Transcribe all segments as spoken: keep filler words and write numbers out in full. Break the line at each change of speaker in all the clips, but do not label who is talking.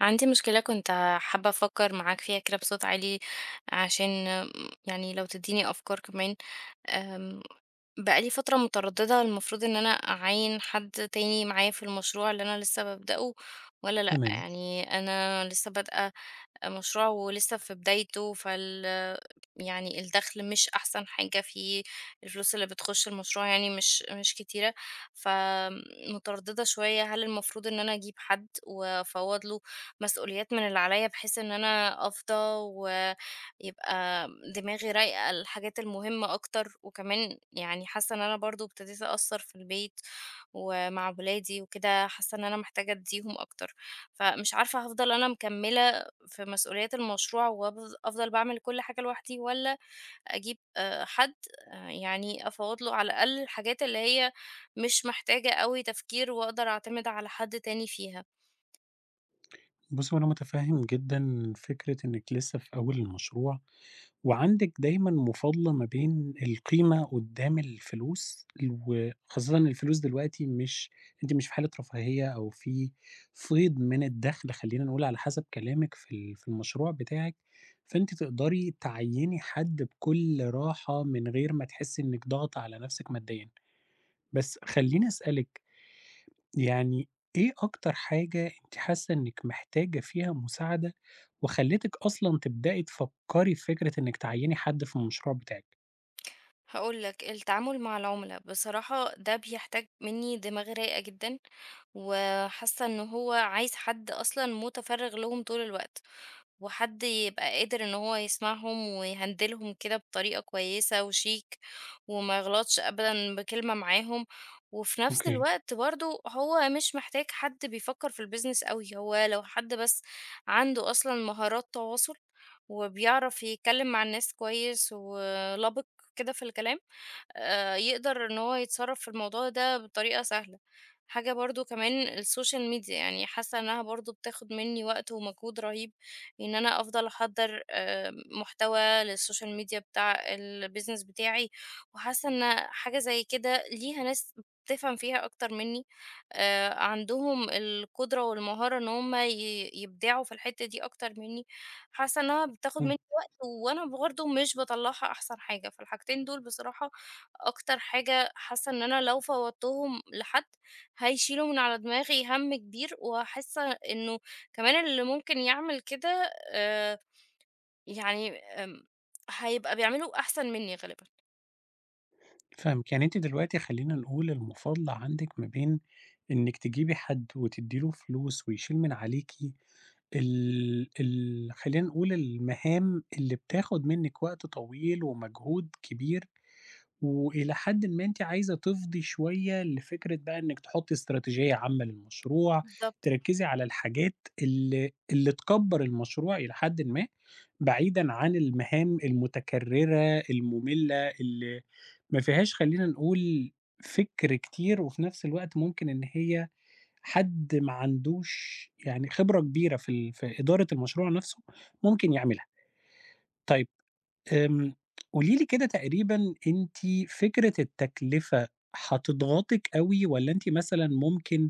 عندي مشكلة كنت حابة أفكر معاك فيها كده بصوت عالي عشان يعني لو تديني أفكار كمان. أم، بقالي فترة مترددة، المفروض إن أنا أعين حد تاني معايا في المشروع اللي أنا لسه ببدأه ولا لأ.
تمام.
يعني أنا لسه بادئة مشروع ولسه في بدايته فال يعني الدخل مش أحسن حاجة فيه، الفلوس اللي بتخش المشروع يعني مش مش كتيرة، فمترددة شوية هل المفروض إن أنا أجيب حد وأفوّض له مسؤوليات من اللي عليّا، بحيث إن أنا أفضى ويبقى دماغي رايقة الحاجات المهمة أكتر. وكمان يعني حاسة إن أنا برضه ابتديت أقصّر في البيت ومع ولادي وكده، حاسة إن أنا محتاجة أدّيهم أكتر، فمش عارفة هافضل أنا مكمّلة في مسؤوليات المشروع وأفض أفضل باعمل كل حاجة لوحدي، والّا أجيب آآ حد آآ يعني أفوّض له على الأقل الحاجات اللي هي مش محتاجة أوي تفكير، وأقدر أعتمد على حد تاني فيها.
بُصّي، هو أنا متفهِّم جدًا فكرة إنِّك لسه في أول المشروع، وعندِك دايمًا مفاضلة ما بين القيمة قُدّام الفلوس، و خاصةً الفلوس دلوقتي مش أنتِ مش في حالة رفاهية أو في فيض من الدخْل، خلّينا نقول على حسب كلامِك، في ال في المشروع بتاعِك. فأنتِ تقدري تعيّني حد بكل راحة من غير ما تحسّي إنِّك ضاغطة على نَفْسِك ماديًا. بس خلّيني أسألِك، يعني إيه أكتر حاجة أنتِ حاسة إنِّك محتاجة فيها مساعدة، وخلّتِك أصلًا تبدئي تفكّري في فكرة إنِّك تعيّني حد في المشروع بتاعِك؟
هاقول لك، التعامل مع العُملا بصراحة ده بيحتاج منّي دماغ رايقة جدًا، وحاسة إن هو عايز حد أصلًا مُتفرِّغ لهم طول الوقت. وحد يبقى قادر إن هو يسمعهم ويهندلهم كده بطريقة كويسة وشيك، وما يغلطش أبدا بكلمة معاهم. وفي نفس
أوكي.
الوقت برضو هو مش محتاج حد بيفكر في البيزنس قوي، هو لو حد بس عنده أصلا مهارات تواصل وبيعرف يتكلم مع الناس كويس ولبق كده في الكلام، آآ يقدر إن هو يتصرّف في الموضوع ده بطريقة سهلة. حاجة برضه كمان الSocial media، يعني حاسة إنها برضه بتاخد منّي وقت ومجهود رهيب إن أنا أفضل أحضّر آآ محتوى للSocial media بتاع الbusiness بتاعي، وحاسة إن حاجة زي كده ليها ناس بتفهم فيها أكتر منّي، آآ عندهم القدرة والمهارة إن هم ي يبدعوا في الحتّة دي أكتر منّي. حاسة إنها بتاخد
إمم.
منّي وقت وأنا برضه مش باطلّعها أحسن حاجة، فالحاجتين دول بصراحة أكتر حاجة حاسة إن أنا لو فوّضتهم لحد، هيشيلوا من على دماغي هَم كبير. وحاسة إنه كمان اللي ممكن يعمل كده، آآ، يعني آمم، هيبقى بيعمله أحسن منّي غالبًا.
فاهمِك، يعني أنتِ دلوقتي خلّينا نقول المفاضلة عندِك ما بين إنِّك تجيبي حد وتدّي له فلوس ويشيل من عليكِ ال ال خلّينا نقول المهام اللي بتاخد منِّك وقت طويل ومجهود كبير، وإلى حدٍ ما أنتِ عايزة تفضي شوية لفكرة بقى إنِّك تحطّي استراتيجية عامة للمشروع،
بالضبط.
تركّزي على الحاجات اللي اللي تكبّر المشروع إلى حدٍ ما، بعيدًا عن المهام المتكررة المملة اللي ما فيهاش خلّينا نقول فِكر كتير، وفي نفس الوقت ممكن إن هي حد ما عندوش يعني خبرة كبيرة في ال في إدارة المشروع نفسه ممكن يعملها. طيب، آمم، قولي لي كده تقريبًا، أنتِ فكرة التكلفة هتضغطِك أوي، والّا أنتِ مثلًا ممكن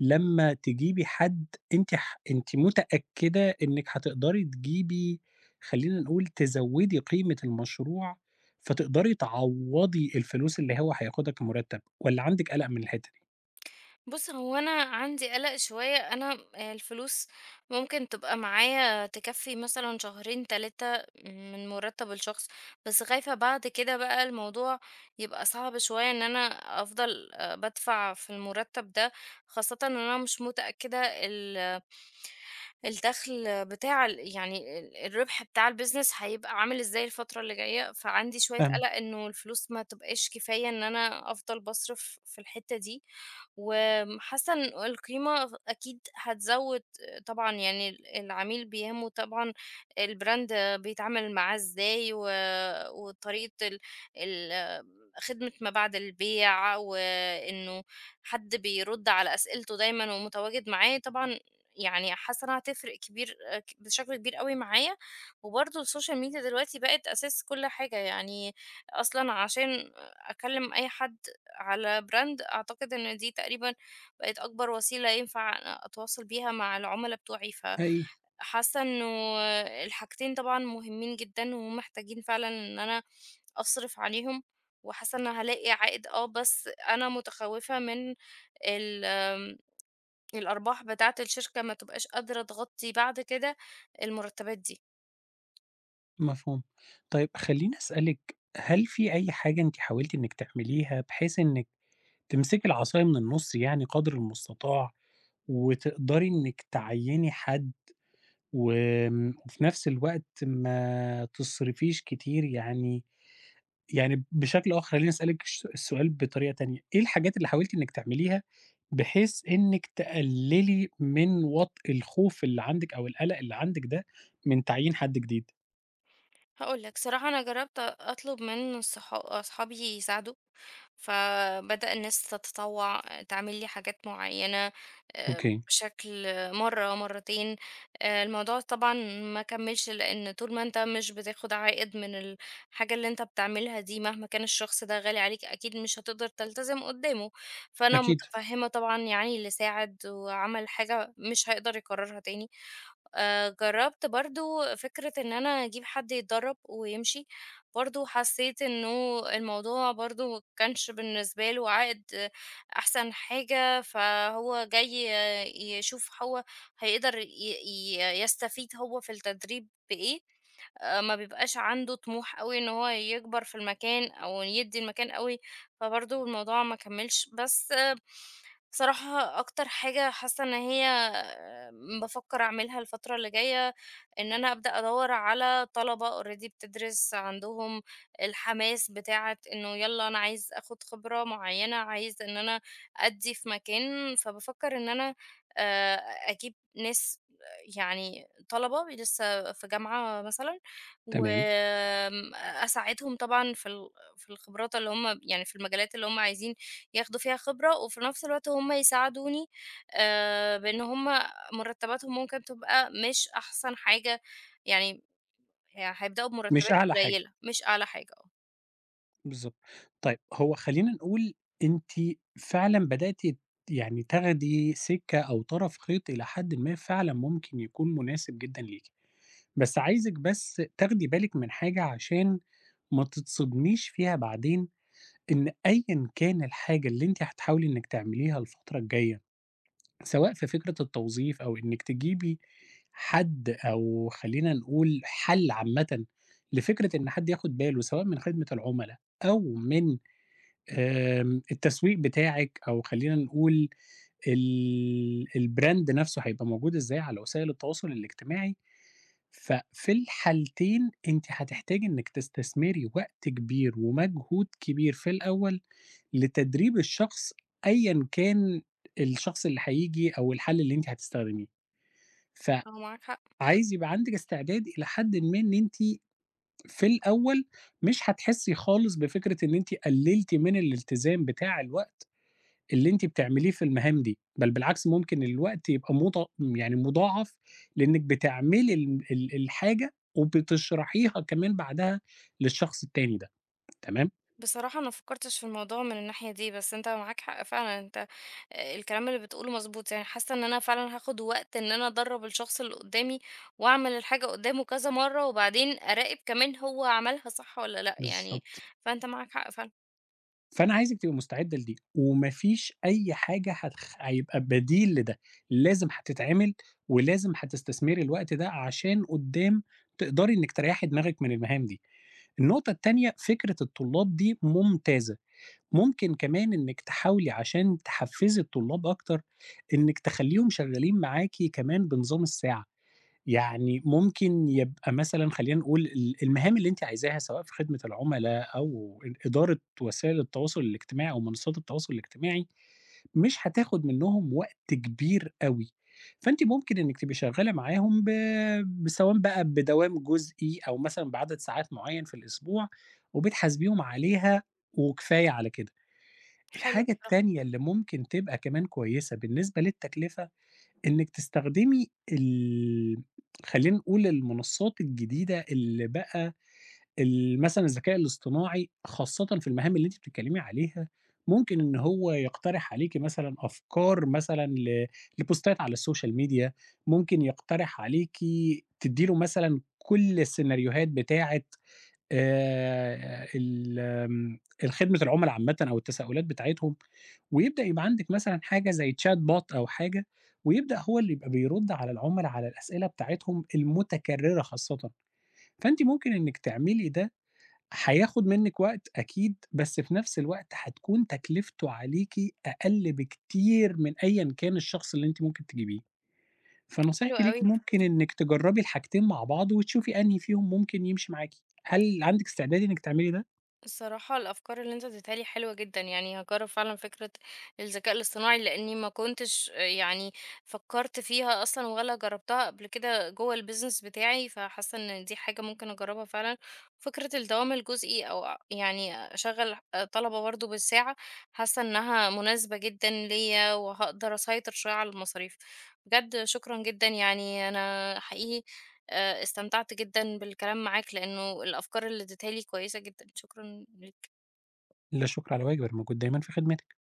لمّا تجيبي حد أنتِ ح أنتِ متأكدة إنِّك هتقدري تجيبي، خلّينا نقول، تزوّدي قيمة المشروع، فتقدري تعوّضي الفلوس اللي هو هياخدها كمُرتَّب، والّا عندِك قَلَق من الحتّة دي؟
بُص، هو أنا عندي قلق شوية، أنا الفلوس ممكن تبقى معايا تكفّي مثلًا شهرين، تلاتة من مُرتّب الشخص، بس خايفة بعد كده بقى الموضوع يبقى صعب شوية إن أنا أفضل آآ بادفع في المُرتّب ده، خاصةً إن أنا مش متأكدة ال الدخل بتاع ال يعني ال الربح بتاع الbusiness هيبقى عامل إزاي الفترة اللي جاية، فعندي شوية
فاهمِك.
قلق إنه الفلوس ما تبقاش كفاية إن أنا أفضل باصرف في الحتّة دي. وحاسة إن القيمة ف أكيد هتزوّد، طبعًا يعني ال العميل بيهمه طبعًا الbrand بيتعامل معاه إزاي، و وطريقة ال ال خدمة ما بعد البيع، وإنه حد بيرُد على أسئلته دايمًا ومتواجد معاه. طبعًا يعني حاسة إنها هتفرق كبير آآ ك بشكل كبير أوي معايا. وبرضه الSocial Media دلوقتي بقت أساس كل حاجة، يعني أصلًا عشان أكلم أي حد على brand أعتقد إن دي تقريبًا بقت أكبر وسيلة ينفع أتواصل بيها مع العُملا بتوعي.
حقيقي.
فحاسة إنه الحاجتين طبعًا مهمين جدًا ومحتاجين فعلًا إن أنا أصرف عليهم، وحاسة إن هالاقي عائد آه، بس أنا متخوفة من ال الأرباح بتاعة الشركة ما تبقاش قادرة تغطي بعد كده المرتبات دي.
مفهوم. طيب خلّيني أسألِك، هل في أي حاجة أنتِ حاولتِ إنِّك تعمليها بحيث إنِّك تمسكي العصاية من النُص، يعني قدر المستطاع، وتقدري إنِّك تعيّني حد، وآمم، وفي نفس الوقت ما تصرفيش كتير، يعني يعني بشكل آخر خلّيني أسألِك الش السؤال بطريقة تانية، إيه الحاجات اللي حاولتِ إنِّك تعمليها بحيث إنِّك تقللي من وطء الخوف اللي عندِك أو القلق اللي عندِك ده، من تعيين حد جديد؟
هاقول لك، صراحة أنا جرّبت أطلب من صحا أصحابي يساعدوا، فبدأ الناس تتطوّع، تعمل لي حاجات معيّنة آآ
أوكي.
بشكل مرّة، مرّتين. آآ الموضوع طبعًا ما كمّلش، لإن طول ما أنت مش بتاخد عائد من الحاجة اللي أنت بتعملها دي مهما كان الشخص ده غالي عليك، أكيد مش هتقدر تلتزم قدّامه، فأنا
أكيد.
متفهّمة طبعًا يعني اللي ساعد وعمل حاجة مش هيقدر يكرّرها تاني. آآ جرّبت برضه فكرة إن أنا أجيب حد يتدرّب ويمشي، برضه حسّيت إنه الموضوع برضه ما كانش بالنسبة له عائد آه، أحسن حاجة، فهو جاي آه، يشوف هو هيقدر ي ي يستفيد هو في التدريب بإيه. آآ ما بيبقاش عنده طموح أوي إن هو يكبر في المكان أو يدّي المكان أوي، فبرضه الموضوع ما كمّلش. بس آه، بصراحة أكتر حاجة حاسة إن هي بافكّر أعملها الفترة اللي جاية، إن أنا أبدأ أدوّر على طلبة already بتدرس، عندهم الحماس بتاعة إنه يالّا أنا عايز آخُد خبرة معيّنة، عايز إن أنا أدّي في مكان. فبافكّر إن أنا آآ أجيب ناس، يعني طلبة لسه في جامعة مثلًا،
تمام.
وآمم أساعدهم طبعًا في ال في الخبرات اللي هم يعني في المجالات اللي هم عايزين ياخدوا فيها خبرة، وفي نفس الوقت هم يساعدوني، آآ، بإن هم مرتباتهم ممكن تبقى مش أحسن حاجة، يعني ه هيبدأوا
مش
بمرتبات
أعلى حاجة،
قليلة، مش أعلى حاجة.
بالضبط. طيب هو خلّينا نقول أنتِ فعلًا بدأتِ يعني تاخدي سِكّة أو طرف خيط إلى حدٍ ما، فعلًا ممكن يكون مناسب جدًا ليكِ. بس عايزِك بس تاخدي بالِك من حاجة عشان ما تتصدميش فيها بعدين، إن أيًا كان الحاجة اللي أنتِ هتحاولي إنِّك تعمليها الفترة الجاية، سواء في فكرة التوظيف أو إنِّك تجيبي حد، أو خلّينا نقول حل عامةً لفكرة إن حد ياخد باله، سواء من خدمة العملا أو من آمم التسويق بتاعِك، أو خلّينا نقول ال الbrand نفسه هيبقى موجود إزاي على وسائل التواصل الاجتماعي. ففي الحالتين أنتِ هتحتاجي إنِّك تستثمري وقت كبير ومجهود كبير في الأول لتدريب الشخص، أيًا كان الشخص اللي هييجي أو الحل اللي أنتِ هتستخدميه.
آه، هو معاك حق.
فعايز يبقى عندِك استعداد إلى حدٍ ما، إن أنتِ في الأول مش هتحسّي خالص بفكرة إن أنتِ قلّلتِ من الالتزام بتاع الوقت اللي أنتِ بتعمليه في المهام دي، بل بالعكس، ممكن الوقت يبقى مضا يعني مضاعف، لإنِّك بتعملي ال ال الحاجة وبتشرحيها كمان بعدها للشخص التاني ده، تمام؟
بصراحة أنا مفكرتش في الموضوع من الناحية دي، بس أنت معاك حق فعلًا. أنت آآ، الكلام اللي بتقوله مضبوط، يعني حاسة إن أنا فعلًا هاخد وقت إن أنا أدرّب الشخص اللي قدامي، وأعمل الحاجة قدامه كذا مرة، وبعدين أراقب كمان هو عملها صح والّا لأ. يعني
بالضبط.
فأنت معاك حق فعلًا.
فأنا عايزِك تبقي مستعدة لدي، وما فيش أي حاجة هتخ هيبقى بديل لده، لازم هتتعمل، ولازم هتستثمري الوقت ده عشان قدّام تقدري إنِّك تريّحي دماغِك من المهام دي. النقطة التانية، فكرة الطلاب دي ممتازة. ممكن كمان إنِّك تحاولي، عشان تحفّزي الطلاب أكتر، إنِّك تخلّيهم شغّالين معاكِ كمان بنظام الساعة، يعني ممكن يبقى مثلًا، خلّينا نقول، ال المهام اللي أنتِ عايزاها سواء في خدمة العملا أو إد إدارة وسائل التواصل الاجتماعي أو منصات التواصل الاجتماعي، مش هتاخد منّهم وقت كبير أوي، فأنتِ ممكن إنِّك تبقي شغّالة معاهم ب ب سواء بقى بدوام جزئي، أو مثلًا بعدد ساعات معيّن في الأسبوع، وبتحاسبيهم عليها، وكفاية على كده.
حلو.
الحاجة التانية اللي ممكن تبقى كمان كويسة بالنسبة للتكلفة، إنِّك تستخدمي ال خلّينا نقول المنصات الجديدة، اللي بقى ال مثلًا الذكاء الاصطناعي، خاصةً في المهام اللي أنتِ بتتكلمي عليها. ممكن إن هو يقترح عليكِ مثلًا أفكار، مثلًا ل لبوستات على السوشيال ميديا، ممكن يقترح عليكِ تدّي له مثلًا كل السيناريوهات بتاعة آآ ال آمم، الخدمة العُملا عامةً أو التساؤلات بتاعتهم، ويبدأ يبقى عندِك مثلًا حاجة زي chat bot أو حاجة، ويبدأ هو اللي يبقى بيرُد على العُملا على الأسئلة بتاعتهم المتكررة خاصةً. فأنتِ ممكن إنِّك تعملي ده، هياخد منِّك وقت أكيد، بس في نفس الوقت هتكون تكلفته عليكِ أقل بكتير من أيًا كان الشخص اللي أنتِ ممكن تجيبيه.
حلو
فنصيحتي ليكِ
أوي.
ممكن إنِّك تجرّبي الحاجتين مع بعض، وتشوفي أنهي فيهم ممكن يمشي معاكِ. هل عندِك استعداد إنِّك تعملي ده؟
الصراحة الأفكار اللي انت اديتها لي حلوة جدا، يعني هجرب فعلا فكرة الذكاء الاصطناعي، لأني ما كنتش آه، يعني فكرت فيها أصلا ولا جربتها قبل كده جوه البيزنس بتاعي، فحاسة ان دي حاجة ممكن أجربها فعلا. فكرة الدوام الجزئي، أو أ- يعني أشغل آه، طلبة برضه بالساعة، حاسة انها مناسبة جدا ليا وهقدر أسيطر شوية على المصاريف. بجد شكرا جدا، يعني أنا حقيقي آآ استمتعت جدًا بالكلام معاك، لإنه الأفكار اللي اديتها لي كويسة جدًا، شكرًا ليك.
لا شكر على واجب، أنا موجود دايمًا في خدمتِك.